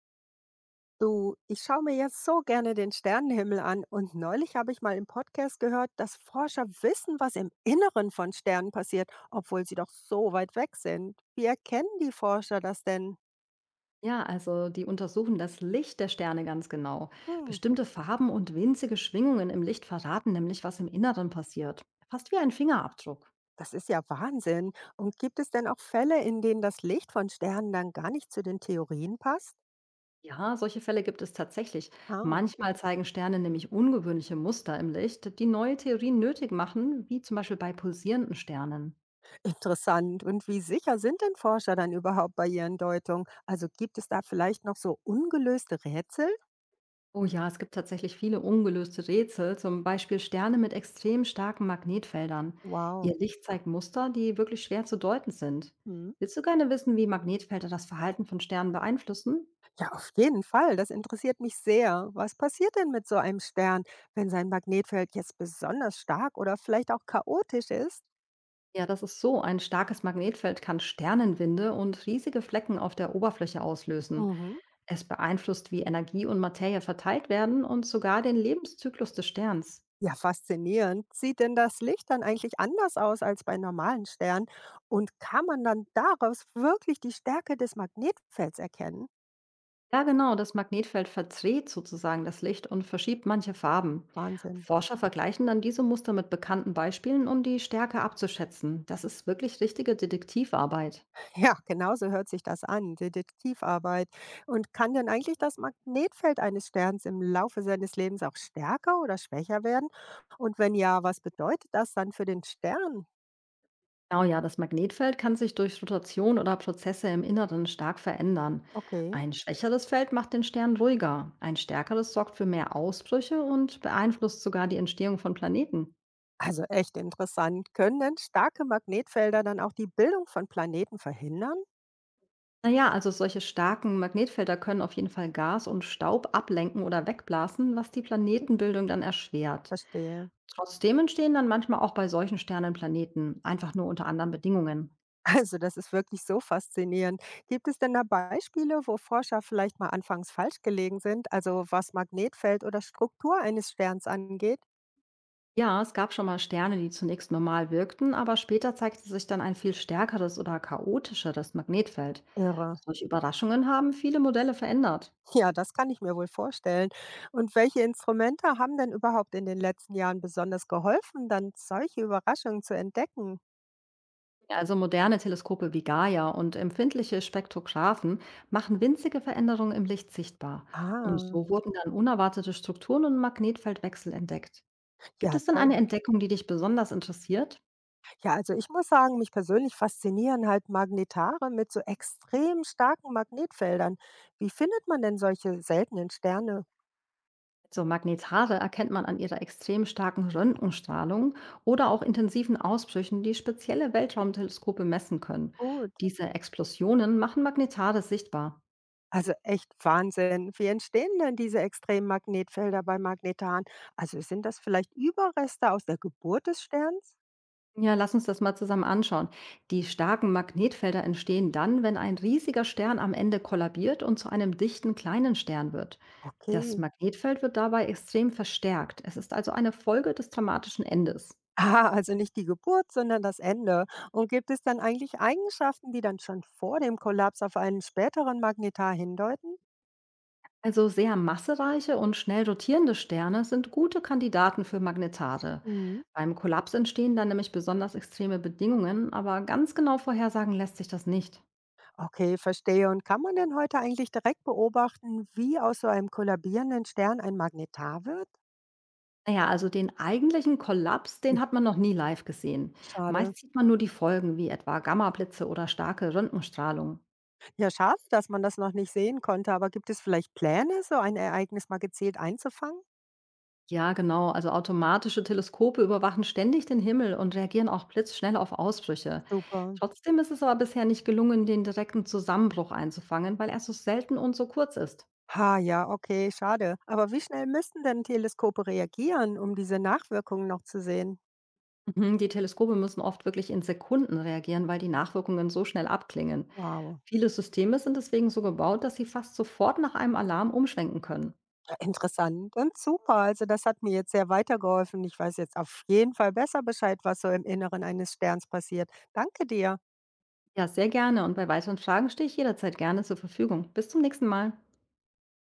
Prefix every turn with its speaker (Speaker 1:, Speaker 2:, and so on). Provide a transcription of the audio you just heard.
Speaker 1: Du, ich schaue mir jetzt so gerne den Sternenhimmel an und neulich habe ich mal im Podcast gehört, dass Forscher wissen, was im Inneren von Sternen passiert, obwohl sie doch so weit weg sind. Wie erkennen die Forscher das denn?
Speaker 2: Ja, also die untersuchen das Licht der Sterne ganz genau.
Speaker 1: Hm,
Speaker 2: Bestimmte Farben und winzige Schwingungen im Licht verraten nämlich, was im Inneren passiert. Fast wie ein Fingerabdruck.
Speaker 1: das ist ja Wahnsinn. Und gibt es denn auch Fälle, in denen das Licht von Sternen dann gar nicht zu den Theorien passt?
Speaker 2: Ja, solche Fälle gibt es tatsächlich.
Speaker 1: Ah,
Speaker 2: Manchmal zeigen Sterne nämlich ungewöhnliche Muster im Licht, die neue Theorien nötig machen, wie zum Beispiel bei pulsierenden Sternen.
Speaker 1: interessant. Und wie sicher sind denn Forscher dann überhaupt bei ihren Deutungen? Also gibt es da vielleicht noch so ungelöste Rätsel?
Speaker 2: Oh ja, es gibt tatsächlich viele ungelöste Rätsel, zum Beispiel Sterne mit extrem starken Magnetfeldern. Ihr
Speaker 1: Wow.
Speaker 2: Licht zeigt Muster, die wirklich schwer zu deuten sind.
Speaker 1: Hm.
Speaker 2: Willst du gerne wissen, wie Magnetfelder das Verhalten von Sternen beeinflussen?
Speaker 1: Ja, auf jeden Fall. Das interessiert mich sehr. Was passiert denn mit so einem Stern, wenn sein Magnetfeld jetzt besonders stark oder vielleicht auch chaotisch ist?
Speaker 2: Ja, das ist so. Ein starkes Magnetfeld kann Sternenwinde und riesige Flecken auf der Oberfläche auslösen.
Speaker 1: Mhm.
Speaker 2: Es beeinflusst, wie Energie und Materie verteilt werden und sogar den Lebenszyklus des Sterns.
Speaker 1: Ja, faszinierend. Sieht denn das Licht dann eigentlich anders aus als bei normalen Sternen? Und kann man dann daraus wirklich die Stärke des Magnetfelds erkennen?
Speaker 2: Ja, genau, das Magnetfeld verdreht sozusagen das Licht und verschiebt manche Farben.
Speaker 1: Wahnsinn.
Speaker 2: Forscher vergleichen dann diese Muster mit bekannten Beispielen, um die Stärke abzuschätzen. Das ist wirklich richtige Detektivarbeit.
Speaker 1: Ja, genauso hört sich das an, Detektivarbeit. Und kann denn eigentlich das Magnetfeld eines Sterns im Laufe seines Lebens auch stärker oder schwächer werden? Und wenn ja, was bedeutet das dann für den Stern?
Speaker 2: Genau, ja, das Magnetfeld kann sich durch Rotation oder Prozesse im Inneren stark verändern.
Speaker 1: Okay,
Speaker 2: Ein schwächeres Feld macht den Stern ruhiger, ein stärkeres sorgt für mehr Ausbrüche und beeinflusst sogar die Entstehung von Planeten.
Speaker 1: also echt interessant. Können denn starke Magnetfelder dann auch die Bildung von Planeten verhindern?
Speaker 2: Na ja, also solche starken Magnetfelder können auf jeden Fall Gas und Staub ablenken oder wegblasen, was die Planetenbildung dann erschwert.
Speaker 1: Verstehe.
Speaker 2: Trotzdem entstehen dann manchmal auch bei solchen Sternen Planeten, einfach nur unter anderen Bedingungen.
Speaker 1: Also das ist wirklich so faszinierend. Gibt es denn da Beispiele, wo Forscher vielleicht mal anfangs falsch gelegen sind, also was Magnetfeld oder Struktur eines Sterns angeht?
Speaker 2: Ja, es gab schon mal Sterne, die zunächst normal wirkten, aber später zeigte sich dann ein viel stärkeres oder chaotischeres Magnetfeld.
Speaker 1: Irre.
Speaker 2: Solche Überraschungen haben viele Modelle verändert.
Speaker 1: Ja, das kann ich mir wohl vorstellen. Und welche Instrumente haben denn überhaupt in den letzten Jahren besonders geholfen, dann solche Überraschungen zu entdecken?
Speaker 2: Ja, also moderne Teleskope wie Gaia und empfindliche Spektrographen machen winzige Veränderungen im Licht sichtbar. Und
Speaker 1: Ah,
Speaker 2: so wurden dann unerwartete Strukturen und Magnetfeldwechsel entdeckt. Gibt
Speaker 1: ja,
Speaker 2: es denn
Speaker 1: toll.
Speaker 2: eine Entdeckung, die dich besonders interessiert?
Speaker 1: Ja, also ich muss sagen, mich persönlich faszinieren halt Magnetare mit so extrem starken Magnetfeldern. Wie findet man denn solche seltenen Sterne?
Speaker 2: So Magnetare erkennt man an ihrer extrem starken Röntgenstrahlung oder auch intensiven Ausbrüchen, die spezielle Weltraumteleskope messen können.
Speaker 1: Gut.
Speaker 2: Diese Explosionen machen Magnetare sichtbar.
Speaker 1: Also echt Wahnsinn. Wie entstehen denn diese extremen Magnetfelder bei Magnetaren? Also sind das vielleicht Überreste aus der Geburt des Sterns?
Speaker 2: Ja, lass uns das mal zusammen anschauen. Die starken Magnetfelder entstehen dann, wenn ein riesiger Stern am Ende kollabiert und zu einem dichten kleinen Stern wird. Das
Speaker 1: Okay.
Speaker 2: Magnetfeld wird dabei extrem verstärkt. Es ist also eine Folge des dramatischen Endes.
Speaker 1: Ah, also nicht die Geburt, sondern das Ende. Und gibt es dann eigentlich Eigenschaften, die dann schon vor dem Kollaps auf einen späteren Magnetar hindeuten?
Speaker 2: Also sehr massereiche und schnell rotierende Sterne sind gute Kandidaten für Magnetare.
Speaker 1: Mhm.
Speaker 2: Beim Kollaps entstehen dann nämlich besonders extreme Bedingungen, aber ganz genau vorhersagen lässt sich das nicht.
Speaker 1: Okay, verstehe. Und kann man denn heute eigentlich direkt beobachten, wie aus so einem kollabierenden Stern ein Magnetar wird?
Speaker 2: Naja, also den eigentlichen Kollaps, den hat man noch nie live gesehen.
Speaker 1: Schade.
Speaker 2: Meist sieht man nur die Folgen, wie etwa Gammablitze oder starke Röntgenstrahlung.
Speaker 1: Ja, schade, dass man das noch nicht sehen konnte. Aber gibt es vielleicht Pläne, so ein Ereignis mal gezielt einzufangen?
Speaker 2: Ja, genau. Also automatische Teleskope überwachen ständig den Himmel und reagieren auch blitzschnell auf Ausbrüche.
Speaker 1: Super.
Speaker 2: Trotzdem ist es aber bisher nicht gelungen, den direkten Zusammenbruch einzufangen, weil er so selten und so kurz ist.
Speaker 1: Ha, ja, okay, schade. Aber wie schnell müssten denn Teleskope reagieren, um diese Nachwirkungen noch zu sehen?
Speaker 2: Mhm. Die Teleskope müssen oft wirklich in Sekunden reagieren, weil die Nachwirkungen so schnell abklingen.
Speaker 1: Wow.
Speaker 2: Viele Systeme sind deswegen so gebaut, dass sie fast sofort nach einem Alarm umschwenken können.
Speaker 1: Interessant und super. Also, das hat mir jetzt sehr weitergeholfen. Ich weiß jetzt auf jeden Fall besser Bescheid, was so im Inneren eines Sterns passiert. Danke dir.
Speaker 2: Ja, sehr gerne. Und bei weiteren Fragen stehe ich jederzeit gerne zur Verfügung. Bis zum nächsten Mal.